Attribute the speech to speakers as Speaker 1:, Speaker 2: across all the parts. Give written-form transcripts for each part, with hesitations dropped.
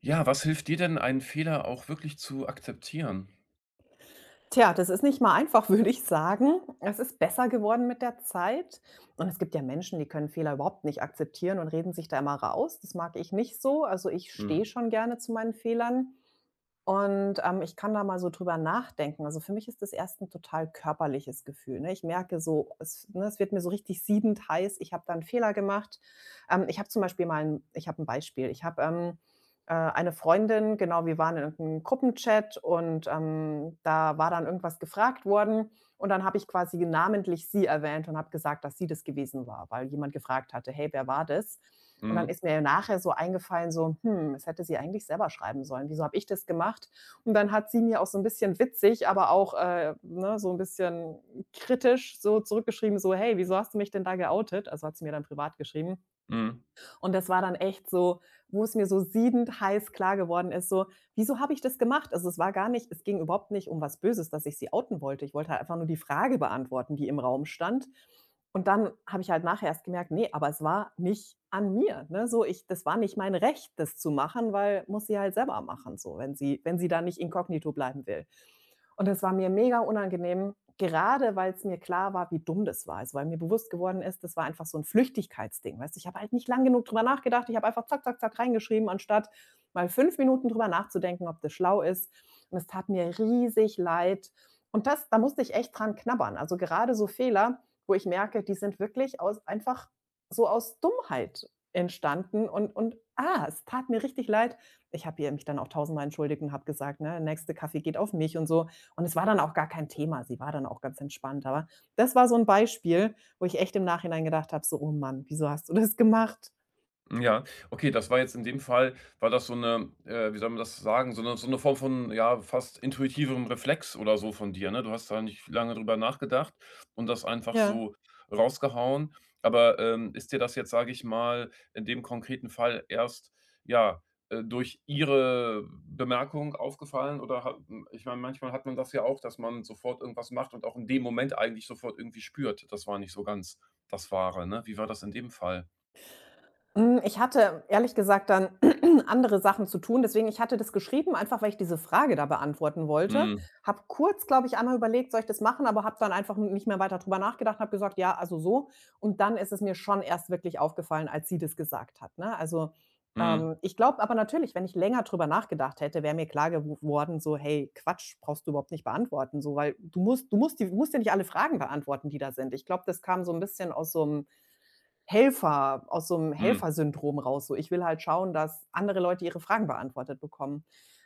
Speaker 1: Ja, was hilft dir denn, einen Fehler auch wirklich zu akzeptieren?
Speaker 2: Tja, das ist nicht mal einfach, würde ich sagen. Es ist besser geworden mit der Zeit. Und es gibt ja Menschen, die können Fehler überhaupt nicht akzeptieren und reden sich da immer raus. Das mag ich nicht so. Also ich stehe
Speaker 1: Mhm.
Speaker 2: schon gerne zu meinen Fehlern. Und, ich kann da mal so drüber nachdenken. Also, für mich ist das erst 'n total körperliches Gefühl, ne? Ich merke so, es wird mir so richtig siedend heiß. Ich habe da 'n Fehler gemacht. Ich habe ein Beispiel. Ich habe, eine Freundin genau, wir waren in irgend Gruppenchat und, da war dann irgendwas gefragt worden und dann habe ich quasi namentlich sie erwähnt und habe gesagt, dass sie das gewesen war, weil jemand gefragt hatte: „Hey, wer war das?" Und dann
Speaker 1: Mhm.
Speaker 2: ist mir nachher so eingefallen, so, das hätte sie eigentlich selber schreiben sollen. Wieso habe ich das gemacht? Und dann hat sie mir auch so ein bisschen witzig, aber auch, ne, so ein bisschen kritisch so zurückgeschrieben, so: „Hey, wieso hast du mich denn da geoutet?" Also, hat sie mir dann privat geschrieben.
Speaker 1: Mhm.
Speaker 2: Und das war dann echt so, wo es mir so siedend heiß klar geworden ist, so: „Wieso habe ich das gemacht?" Also, es ging überhaupt nicht um was Böses, dass ich sie outen wollte. Ich wollte halt einfach nur die Frage beantworten, die im Raum stand. Und dann habe ich halt nachher erst gemerkt: nee, aber es war nicht an mir", ne? So, ich das war nicht mein Recht, das zu machen, weil muss sie halt selber machen so, wenn sie da nicht inkognito bleiben will. Und das war mir mega unangenehm, gerade weil es mir klar war, wie dumm das war. Also, weil mir bewusst geworden ist, das war einfach so ein Flüchtigkeitsding, weißt du? Ich habe halt nicht lang genug drüber nachgedacht. Ich habe einfach zack, zack, zack reingeschrieben, anstatt mal 5 Minuten drüber nachzudenken, ob das schlau ist. Und es tat mir riesig leid. Und das da musste ich echt dran knabbern. Also, gerade so Fehler, wo ich merke, die sind wirklich aus einfach so aus Dummheit entstanden und es tat mir richtig leid. Ich habe ihr mich dann auch tausendmal entschuldigt und habe gesagt, ne: „Der nächste Kaffee geht auf mich" und so. Und es war dann auch gar kein Thema. Sie war dann auch ganz entspannt. Aber das war so 'n Beispiel, wo ich echt im Nachhinein gedacht habe, so: „Oh Mann, wieso hast du das gemacht?"
Speaker 1: Ja, okay, das war jetzt in dem Fall war das so eine, wie soll man das sagen, so eine Form von, ja, fast intuitivem Reflex oder so von dir, ne? Du hast da nicht lange drüber nachgedacht und das einfach
Speaker 2: Ja.
Speaker 1: so rausgehauen. Aber, ist dir das jetzt, sage ich mal, in dem konkreten Fall erst, ja, durch ihre Bemerkung aufgefallen oder ich meine, manchmal hat man das ja auch, dass man sofort irgendwas macht und auch in dem Moment eigentlich sofort irgendwie spürt, das war nicht so ganz das Wahre, ne? Wie war das in dem Fall?
Speaker 2: Ich hatte ehrlich gesagt dann andere Sachen zu tun. Deswegen ich hatte das geschrieben, einfach weil ich diese Frage da beantworten wollte.
Speaker 1: Mhm,
Speaker 2: Habe kurz, glaube ich, einmal überlegt, soll ich das machen, aber habe dann einfach nicht mehr weiter drüber nachgedacht, habe gesagt: „Ja, also so." Und dann ist es mir schon erst wirklich aufgefallen, als sie das gesagt hat, ne? Also,
Speaker 1: mhm.
Speaker 2: ich glaube aber natürlich, wenn ich länger drüber nachgedacht hätte, wäre mir klar geworden, so: „Hey, Quatsch, brauchst du überhaupt nicht beantworten so, weil du musst ja nicht alle Fragen beantworten, die da sind." Ich glaube, das kam so ein bisschen aus so 'nem
Speaker 1: Mhm.
Speaker 2: Helfersyndrom raus, so: „Ich will halt schauen, dass andere Leute ihre Fragen beantwortet bekommen."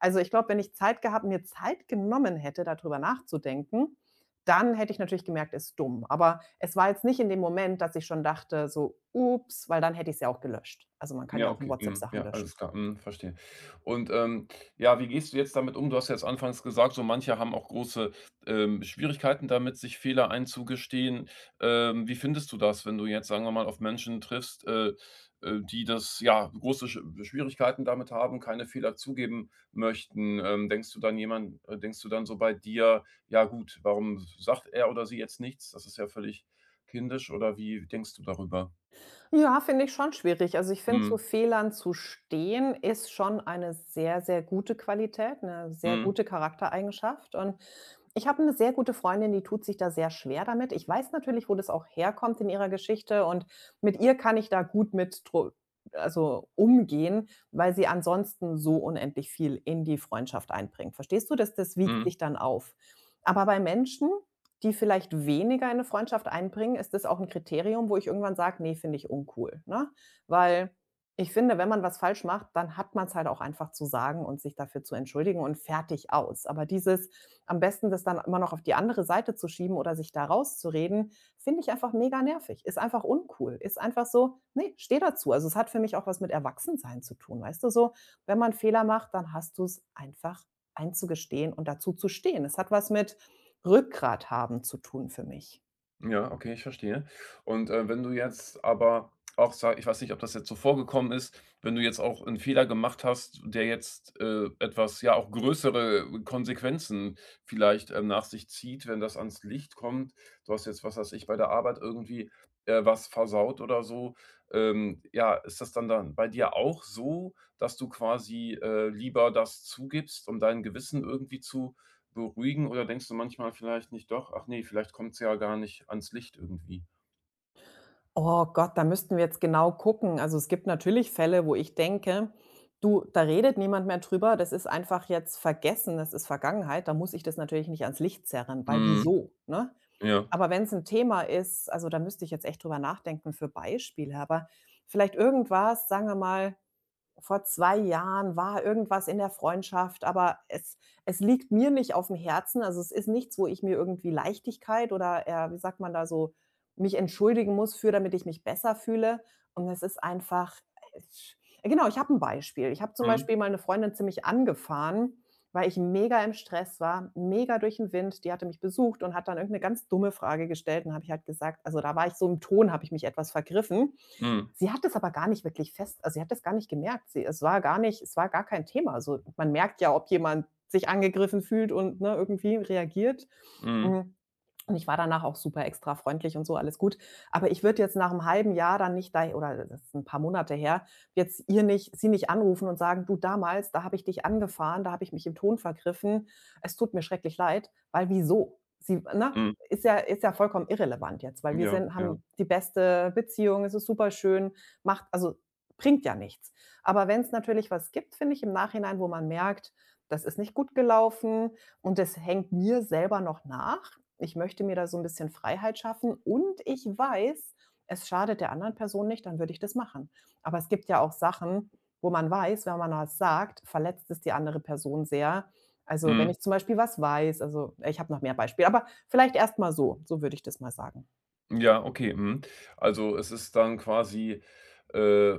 Speaker 2: Also, ich glaube, wenn ich Zeit gehabt mir Zeit genommen hätte, da drüber nachzudenken, dann hätte ich natürlich gemerkt, ist dumm. Aber es war jetzt nicht in dem Moment, dass ich schon dachte so: „Ups", weil dann hätte ich's ja auch gelöscht. Also, man kann
Speaker 1: Ja,
Speaker 2: ja auch in
Speaker 1: okay.
Speaker 2: WhatsApp
Speaker 1: Mhm.
Speaker 2: Sachen
Speaker 1: Ja,
Speaker 2: löschen.
Speaker 1: alles klar. Mhm, verstehe. Und, ja, wie gehst du jetzt damit um? Du hast ja jetzt anfangs gesagt, so manche haben auch große Schwierigkeiten damit, sich Fehler einzugestehen. Wie findest du das, wenn du jetzt, sagen wir mal, auf Menschen triffst, die das ja, große Schwierigkeiten damit haben, keine Fehler zugeben möchten? Denkst du dann so bei dir: „Ja gut, warum sagt er oder sie jetzt nichts? Das ist ja völlig kindisch.“ Oder wie denkst du darüber?
Speaker 2: Ja, finde ich schon schwierig. Also, ich finde, zu
Speaker 1: Mhm.
Speaker 2: Fehlern zu stehen, ist schon eine sehr, sehr gute Qualität, eine sehr
Speaker 1: Mhm.
Speaker 2: gute Charaktereigenschaft. Und ich habe eine sehr gute Freundin, die tut sich da sehr schwer damit. Ich weiß natürlich, wo das auch herkommt in ihrer Geschichte und mit ihr kann ich da gut mit dru also, umgehen, weil sie ansonsten so unendlich viel in die Freundschaft einbringt. Verstehst du? Dass das wiegt
Speaker 1: Mhm.
Speaker 2: sich dann auf. Aber bei Menschen, die vielleicht weniger in 'ne Freundschaft einbringen, ist das auch ein Kriterium, wo ich irgendwann sage: nee, finde ich uncool", ne? Weil ich finde, wenn man was falsch macht, dann hat man es halt auch einfach zu sagen und sich dafür zu entschuldigen und fertig aus. Aber dieses am besten das dann immer noch auf die andere Seite zu schieben oder sich da rauszureden, finde ich einfach mega nervig. Ist einfach uncool, ist einfach so nee, stehe dazu. Also, es hat für mich auch was mit Erwachsensein zu tun, weißt du, so? Wenn man Fehler macht, dann hast du es einfach einzugestehen und dazu zu stehen. Es hat was mit Rückgrat haben zu tun für mich?
Speaker 1: Ja, okay, ich verstehe. Und, wenn du jetzt aber auch sa ich weiß nicht, ob das jetzt so vorgekommen ist, wenn du jetzt auch einen Fehler gemacht hast, der jetzt, etwas ja, auch größere Konsequenzen vielleicht, nach sich zieht, wenn das ans Licht kommt. Du hast jetzt, was weiß ich, bei der Arbeit irgendwie, was versaut oder so. Ja, ist das dann bei dir auch so, dass du quasi, lieber das zugibst, um dein Gewissen irgendwie zu beruhigen, oder denkst du manchmal vielleicht nicht doch: „Ach nee, vielleicht kommt's ja gar nicht ans Licht irgendwie?“
Speaker 2: Oh Gott, da müssten wir jetzt genau gucken. Also, es gibt natürlich Fälle, wo ich denke: „Du, da redet niemand mehr drüber. Das ist einfach jetzt vergessen. Das ist Vergangenheit." Da muss ich das natürlich nicht ans Licht zerren, weil
Speaker 1: Mhm,
Speaker 2: wieso, ne?
Speaker 1: ja.
Speaker 2: Aber wenn es ein Thema ist also, da müsste ich jetzt echt drüber nachdenken für Beispiele, aber vielleicht irgendwas, sagen wir mal vor 2 Jahren war irgendwas in der Freundschaft, aber es liegt mir nicht auf dem Herzen. Also, es ist nichts, wo ich mir irgendwie Leichtigkeit oder, wie sagt man da so, mich entschuldigen muss für, damit ich mich besser fühle. Und es ist einfach, genau, ich habe ein Beispiel. Ich habe zum
Speaker 1: Mhm,
Speaker 2: Beispiel mal eine Freundin ziemlich angefahren, weil ich mega im Stress war, mega durch den Wind. Die hatte mich besucht und hat dann irgend 'ne ganz dumme Frage gestellt und habe ich halt gesagt also, da war ich so im Ton habe ich mich etwas vergriffen.
Speaker 1: mhm,
Speaker 2: Sie hat es aber gar nicht wirklich fest also, sie hat das gar nicht gemerkt. Sie es war gar nicht es war gar kein Thema. Also, man merkt ja, ob jemand sich angegriffen fühlt und, ne, irgendwie reagiert.
Speaker 1: mhm,
Speaker 2: Hm. Und ich war danach auch super extra freundlich und so, alles gut. Aber ich würde jetzt nach einem halben Jahr dann nicht da oder das ist 'n paar Monate her, jetzt ihr nicht sie nicht anrufen und sagen: „Du, damals, da habe ich dich angefahren, da habe ich mich im Ton vergriffen. Es tut mir schrecklich leid." Weil wieso? Sie ne?
Speaker 1: mhm.
Speaker 2: Ist ja vollkommen irrelevant jetzt, weil wir
Speaker 1: Ja,
Speaker 2: sind
Speaker 1: ja.
Speaker 2: haben die beste Beziehung, es ist super schön macht also, bringt ja nichts. Aber wenn es natürlich was gibt, finde ich, im Nachhinein, wo man merkt, das ist nicht gut gelaufen, und das hängt mir selber noch nach. Ich möchte mir da so ein bisschen Freiheit schaffen und ich weiß, es schadet der anderen Person nicht, dann würde ich das machen. Aber es gibt ja auch Sachen, wo man weiß, wenn man was sagt, verletzt es die andere Person sehr. Also, wenn
Speaker 1: Mhm.
Speaker 2: ich zum Beispiel was weiß also, ich habe noch mehr Beispiele, aber vielleicht erst mal so. So würde ich das mal sagen.
Speaker 1: Ja, okay, mhm. Also, es ist dann quasi, äh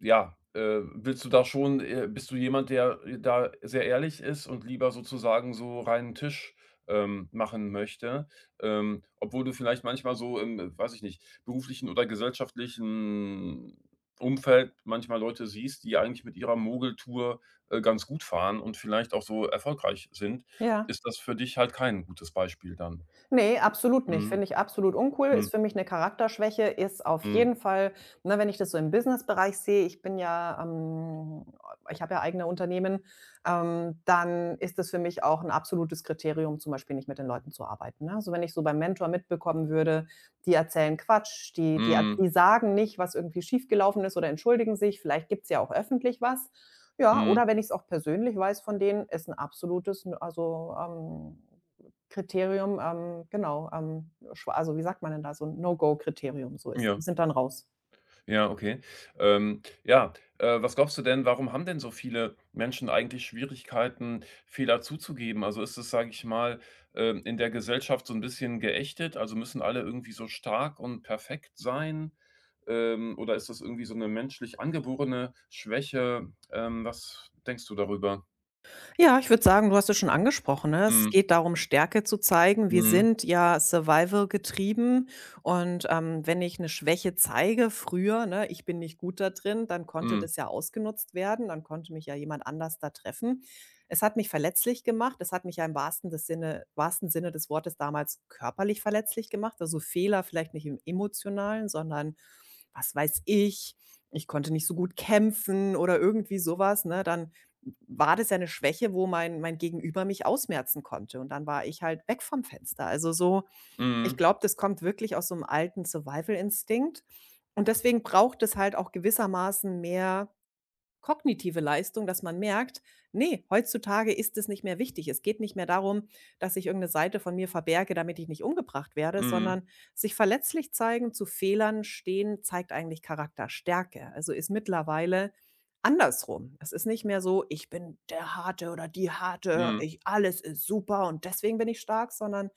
Speaker 1: ja, willst du da schon bist du jemand, der, da sehr ehrlich ist und lieber sozusagen so reinen Tisch machen möchte, obwohl du vielleicht manchmal so im, weiß ich nicht, beruflichen oder gesellschaftlichen Umfeld manchmal Leute siehst, die eigentlich mit ihrer Mogeltour, ganz gut fahren und vielleicht auch so erfolgreich sind,
Speaker 2: Ja.
Speaker 1: ist das für dich halt kein gutes Beispiel dann.
Speaker 2: Ne, absolut nicht.
Speaker 1: Mhm.
Speaker 2: Finde ich absolut uncool. Ist
Speaker 1: Mhm.
Speaker 2: für mich 'ne Charakterschwäche, ist auf
Speaker 1: Mhm.
Speaker 2: jeden Fall ne, wenn ich das so im Businessbereich sehe, ich bin ja, ich habe ja eigene Unternehmen, dann ist das für mich auch 'n absolutes Kriterium, zum Beispiel nicht mit den Leuten zu arbeiten, ne? Also, wenn ich so beim Mentor mitbekommen würde, die erzählen Quatsch, die die er
Speaker 1: Mhm.
Speaker 2: die sagen nicht, was irgendwie schiefgelaufen ist oder entschuldigen sich, vielleicht gibt's ja auch öffentlich was. Ja,
Speaker 1: Mhm.
Speaker 2: oder wenn ich's auch persönlich weiß von denen, ist 'n absolutes Kriterium, genau, schwa also, wie sagt man denn da, so 'n No-Go-Kriterium, so ist
Speaker 1: Ja,
Speaker 2: die sind dann raus.
Speaker 1: ja, okay. Ja, was glaubst du denn, warum haben denn so viele Menschen eigentlich Schwierigkeiten, Fehler zuzugeben? Also ist es, sage ich mal, in der Gesellschaft so ein bisschen geächtet? Also müssen alle irgendwie so stark und perfekt sein? Oder ist das irgendwie so eine menschlich angeborene Schwäche? Was denkst du darüber?
Speaker 2: Ja, ich würde sagen, du hast es schon angesprochen, ne? Es
Speaker 1: Mhm.
Speaker 2: geht darum, Stärke zu zeigen. Wir
Speaker 1: Mhm.
Speaker 2: sind ja Survival getrieben und, wenn ich eine Schwäche zeige früher, ne, ich bin nicht gut da drin, dann konnte
Speaker 1: Mhm.
Speaker 2: das ja ausgenutzt werden, dann konnte mich ja jemand anders da treffen. Es hat mich verletzlich gemacht, es hat mich ja im wahrsten Sinne des Wortes damals körperlich verletzlich gemacht, also Fehler vielleicht nicht im Emotionalen, sondern was weiß ich, ich konnte nicht so gut kämpfen oder irgendwie sowas. Ne? Dann war das ja 'ne Schwäche, wo mein Gegenüber mich ausmerzen konnte und dann war ich halt weg vom Fenster. Also, so ich
Speaker 1: Mhm.
Speaker 2: glaube, das kommt wirklich aus so 'nem alten Survival-Instinkt und deswegen braucht es halt auch gewissermaßen mehr kognitive Leistung, dass man merkt: nee, heutzutage ist es nicht mehr wichtig." Es geht nicht mehr darum, dass ich irgendeine Seite von mir verberge, damit ich nicht umgebracht werde,
Speaker 1: Mhm.
Speaker 2: sondern sich verletzlich zeigen, zu Fehlern stehen, zeigt eigentlich Charakterstärke. Also, ist mittlerweile andersrum. Es ist nicht mehr so: „Ich bin der Harte oder die Harte,
Speaker 1: Mhm.
Speaker 2: ich alles ist super und deswegen bin ich stark“, sondern: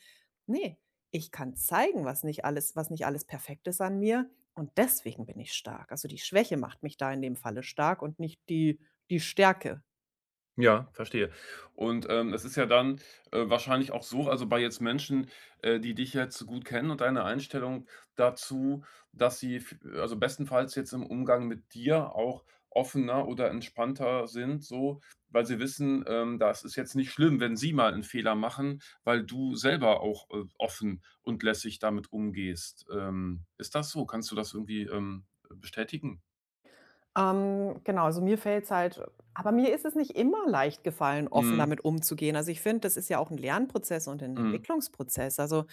Speaker 2: nee, ich kann zeigen, was nicht alles perfekt ist an mir und deswegen bin ich stark. Also, die Schwäche macht mich da in dem Falle stark und nicht die Stärke.
Speaker 1: Ja, verstehe. Und, es ist ja dann, wahrscheinlich auch so, also bei jetzt Menschen, die dich jetzt so gut kennen und deine Einstellung dazu, dass sie f also, bestenfalls jetzt im Umgang mit dir auch offener oder entspannter sind so, weil sie wissen, das ist jetzt nicht schlimm, wenn sie mal einen Fehler machen, weil du selber auch, offen und lässig damit umgehst. Ist das so? Kannst du das irgendwie, bestätigen?
Speaker 2: Genau, also mir fällt's halt aber mir ist es nicht immer leicht gefallen, offen
Speaker 1: Mhm,
Speaker 2: damit umzugehen. Also, ich finde, das ist ja auch ein Lernprozess und ein
Speaker 1: mhm,
Speaker 2: Entwicklungsprozess. Also,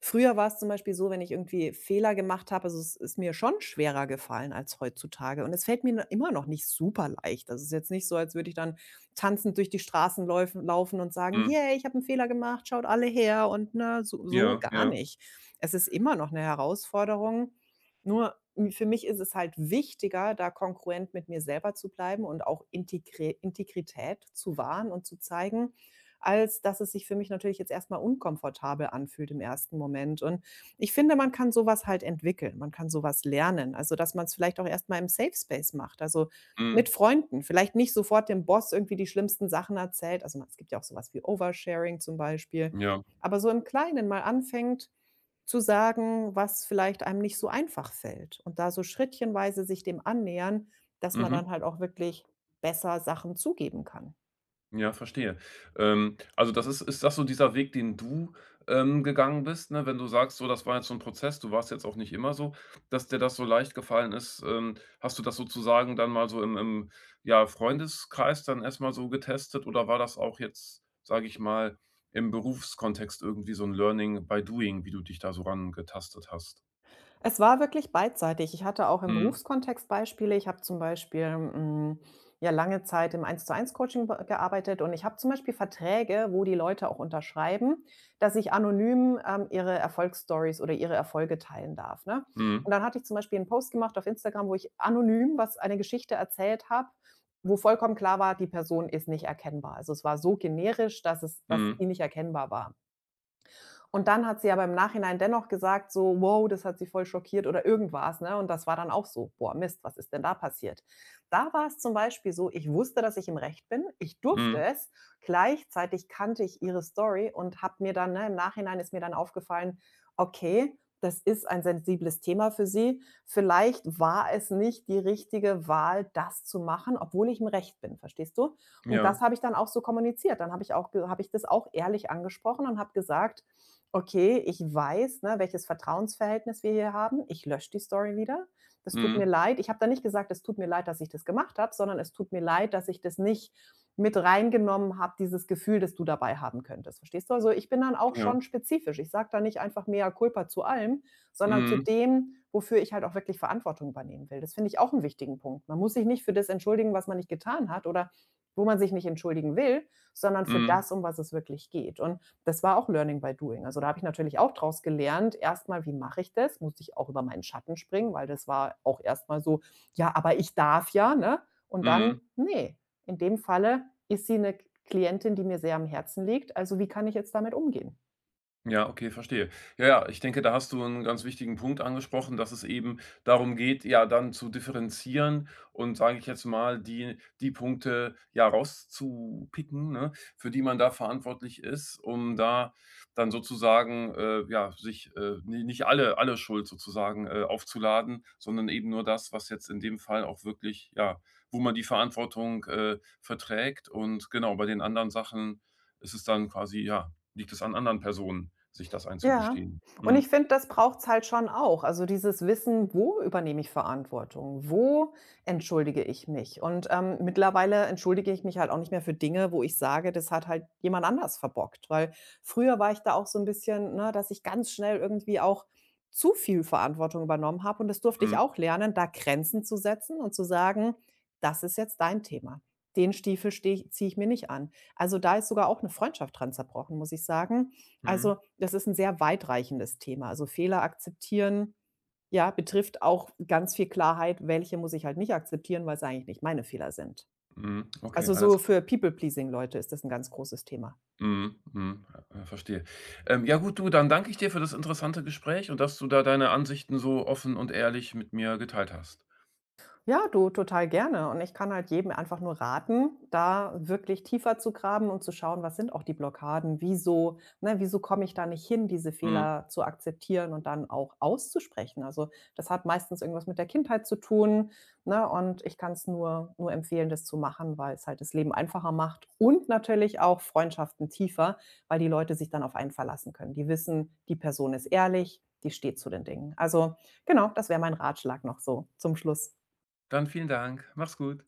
Speaker 2: früher war es zum Beispiel so, wenn ich irgendwie Fehler gemacht habe also, es ist mir schon schwerer gefallen als heutzutage und es fällt mir n immer noch nicht super leicht. Also, es ist jetzt nicht so, als würde ich dann tanzend durch die Straßen läufen laufen und sagen:
Speaker 1: mhm.
Speaker 2: „Yay, ich habe einen Fehler gemacht, schaut alle her“ und, ne, so
Speaker 1: Ja,
Speaker 2: gar
Speaker 1: ja,
Speaker 2: nicht. Es ist immer noch eine Herausforderung. Nur m für mich ist es halt wichtiger, da kongruent mit mir selber zu bleiben und auch Integrität zu wahren und zu zeigen, als dass es sich für mich natürlich jetzt erst mal unkomfortabel anfühlt im ersten Moment. Und ich finde, man kann so was halt entwickeln, man kann so was lernen. Also, dass man es vielleicht auch erst mal im Safe Space macht, also
Speaker 1: mhm,
Speaker 2: mit Freunden, vielleicht nicht sofort dem Boss irgendwie die schlimmsten Sachen erzählt. Also, es gibt ja auch so was wie Oversharing zum Beispiel.
Speaker 1: ja.
Speaker 2: Aber so im Kleinen mal anfängt, zu sagen, was vielleicht einem nicht so einfach fällt und da so schrittchenweise sich dem annähern, dass man
Speaker 1: Mhm.
Speaker 2: dann halt auch wirklich besser Sachen zugeben kann.
Speaker 1: Ja, verstehe. Also das ist das so dieser Weg, den du, gegangen bist, ne? Wenn du sagst, so, das war jetzt so ein Prozess, du warst jetzt auch nicht immer so, dass dir das so leicht gefallen ist. Hast du das sozusagen dann mal so ja, Freundeskreis dann erstmal so getestet, oder war das auch jetzt, sage ich mal, im Berufskontext irgendwie so ein Learning by Doing, wie du dich da so rangetastet hast?
Speaker 2: Es war wirklich beidseitig. Ich hatte auch im
Speaker 1: Mhm.
Speaker 2: Berufskontext Beispiele. Ich habe zum Beispiel, ja lange Zeit im Eins-zu-eins-Coaching be gearbeitet und ich habe zum Beispiel Verträge, wo die Leute auch unterschreiben, dass ich anonym, ihre Erfolgsstories oder ihre Erfolge teilen darf, ne?
Speaker 1: Mhm.
Speaker 2: Und dann hatte ich zum Beispiel einen Post gemacht auf Instagram, wo ich anonym was eine Geschichte erzählt habe, wo vollkommen klar war, die Person ist nicht erkennbar. Also, es war so generisch, dass
Speaker 1: Mhm.
Speaker 2: die nicht erkennbar war. Und dann hat sie aber im Nachhinein dennoch gesagt so: „Wow, das hat sie voll schockiert“ oder irgendwas, ne? Und das war dann auch so: „Boah, Mist, was ist denn da passiert?“ Da war es zum Beispiel so, ich wusste, dass ich im Recht bin. Ich durfte
Speaker 1: Mhm.
Speaker 2: es. Gleichzeitig kannte ich ihre Story und habe mir dann ne, im Nachhinein ist mir dann aufgefallen: „Okay, das ist ein sensibles Thema für sie. Vielleicht war es nicht die richtige Wahl, das zu machen, obwohl ich im Recht bin“, verstehst du? Und das
Speaker 1: Ja.
Speaker 2: habe ich dann auch so kommuniziert. Dann habe ich auch ge habe ich das auch ehrlich angesprochen und habe gesagt: Okay, ich weiß, ne, welches Vertrauensverhältnis wir hier haben. Ich lösche die Story wieder. Das tut mir
Speaker 1: Mhm.
Speaker 2: leid. Ich habe da nicht gesagt: „Es tut mir leid, dass ich das gemacht habe“, sondern: „Es tut mir leid, dass ich das nicht mit reingenommen habe, dieses Gefühl, das du dabei haben könntest“, verstehst du? Also, ich bin dann auch
Speaker 1: Ja.
Speaker 2: schon spezifisch. Ich sage da nicht einfach mea culpa zu allem, sondern zu
Speaker 1: Mhm.
Speaker 2: dem, wofür ich halt auch wirklich Verantwortung übernehmen will. Das finde ich auch einen wichtigen Punkt. Man muss sich nicht für das entschuldigen, was man nicht getan hat oder wo man sich nicht entschuldigen will, sondern für
Speaker 1: Mhm.
Speaker 2: das, um was es wirklich geht. Und das war auch Learning by Doing. Also da habe ich natürlich auch draus gelernt, erstmal, wie mache ich das? Musste ich auch über meinen Schatten springen, weil das war auch erstmal so, ja, aber ich darf ja, ne? Und dann,
Speaker 1: Mhm.
Speaker 2: nee, in dem Falle ist sie eine Klientin, die mir sehr am Herzen liegt. Also wie kann ich jetzt damit umgehen?
Speaker 1: Ja, okay, verstehe. Ja, ja, ich denke, da hast du einen ganz wichtigen Punkt angesprochen, dass es eben darum geht, ja, dann zu differenzieren und, sage ich jetzt mal, die Punkte, ja, rauszupicken, ne, für die man da verantwortlich ist, um da dann sozusagen, ja, sich, ni nicht alle Schuld sozusagen, aufzuladen, sondern eben nur das, was jetzt in dem Fall auch wirklich, ja, wo man die Verantwortung, verträgt, und genau, bei den anderen Sachen ist es dann quasi, liegt es an anderen Personen, sich das
Speaker 2: Ja,
Speaker 1: einzugestehen?
Speaker 2: und
Speaker 1: Mhm,
Speaker 2: ich finde, das braucht's halt schon auch. Also, dieses Wissen, wo übernehme ich Verantwortung? Wo entschuldige ich mich? Und, mittlerweile entschuldige ich mich halt auch nicht mehr für Dinge, wo ich sage, das hat halt jemand anders verbockt, weil früher war ich da auch so ein bisschen, ne, dass ich ganz schnell irgendwie auch zu viel Verantwortung übernommen habe und das durfte ich
Speaker 1: mhm,
Speaker 2: auch lernen, da Grenzen zu setzen und zu sagen: „Das ist jetzt dein Thema. Den Stiefel stehe ich ziehe ich mir nicht an.“ Also, da ist sogar auch eine Freundschaft dran zerbrochen, muss ich sagen,
Speaker 1: mhm,
Speaker 2: also, das ist ein sehr weitreichendes Thema. Also, Fehler akzeptieren, ja, betrifft auch ganz viel Klarheit, welche muss ich halt nicht akzeptieren, weil es eigentlich nicht meine Fehler sind.
Speaker 1: mhm. Okay,
Speaker 2: Also,
Speaker 1: alles
Speaker 2: so
Speaker 1: klar.
Speaker 2: für People-Pleasing-Leute ist das ein ganz großes Thema.
Speaker 1: Mhm, mhm, verstehe. Ja gut, du, dann danke ich dir für das interessante Gespräch und dass du da deine Ansichten so offen und ehrlich mit mir geteilt hast.
Speaker 2: Ja, du, total gerne. Und ich kann halt jedem einfach nur raten, da wirklich tiefer zu graben und zu schauen, was sind auch die Blockaden, wieso, ne, wieso komme ich da nicht hin, diese
Speaker 1: Mhm.
Speaker 2: Fehler zu akzeptieren und dann auch auszusprechen. Also das hat meistens irgendwas mit der Kindheit zu tun, ne, und ich kann es nur empfehlen, das zu machen, weil es halt das Leben einfacher macht und natürlich auch Freundschaften tiefer, weil die Leute sich dann auf einen verlassen können. Die wissen, die Person ist ehrlich, die steht zu den Dingen. Also genau, das wäre mein Ratschlag noch so zum Schluss.
Speaker 1: Dann vielen Dank. Mach's gut.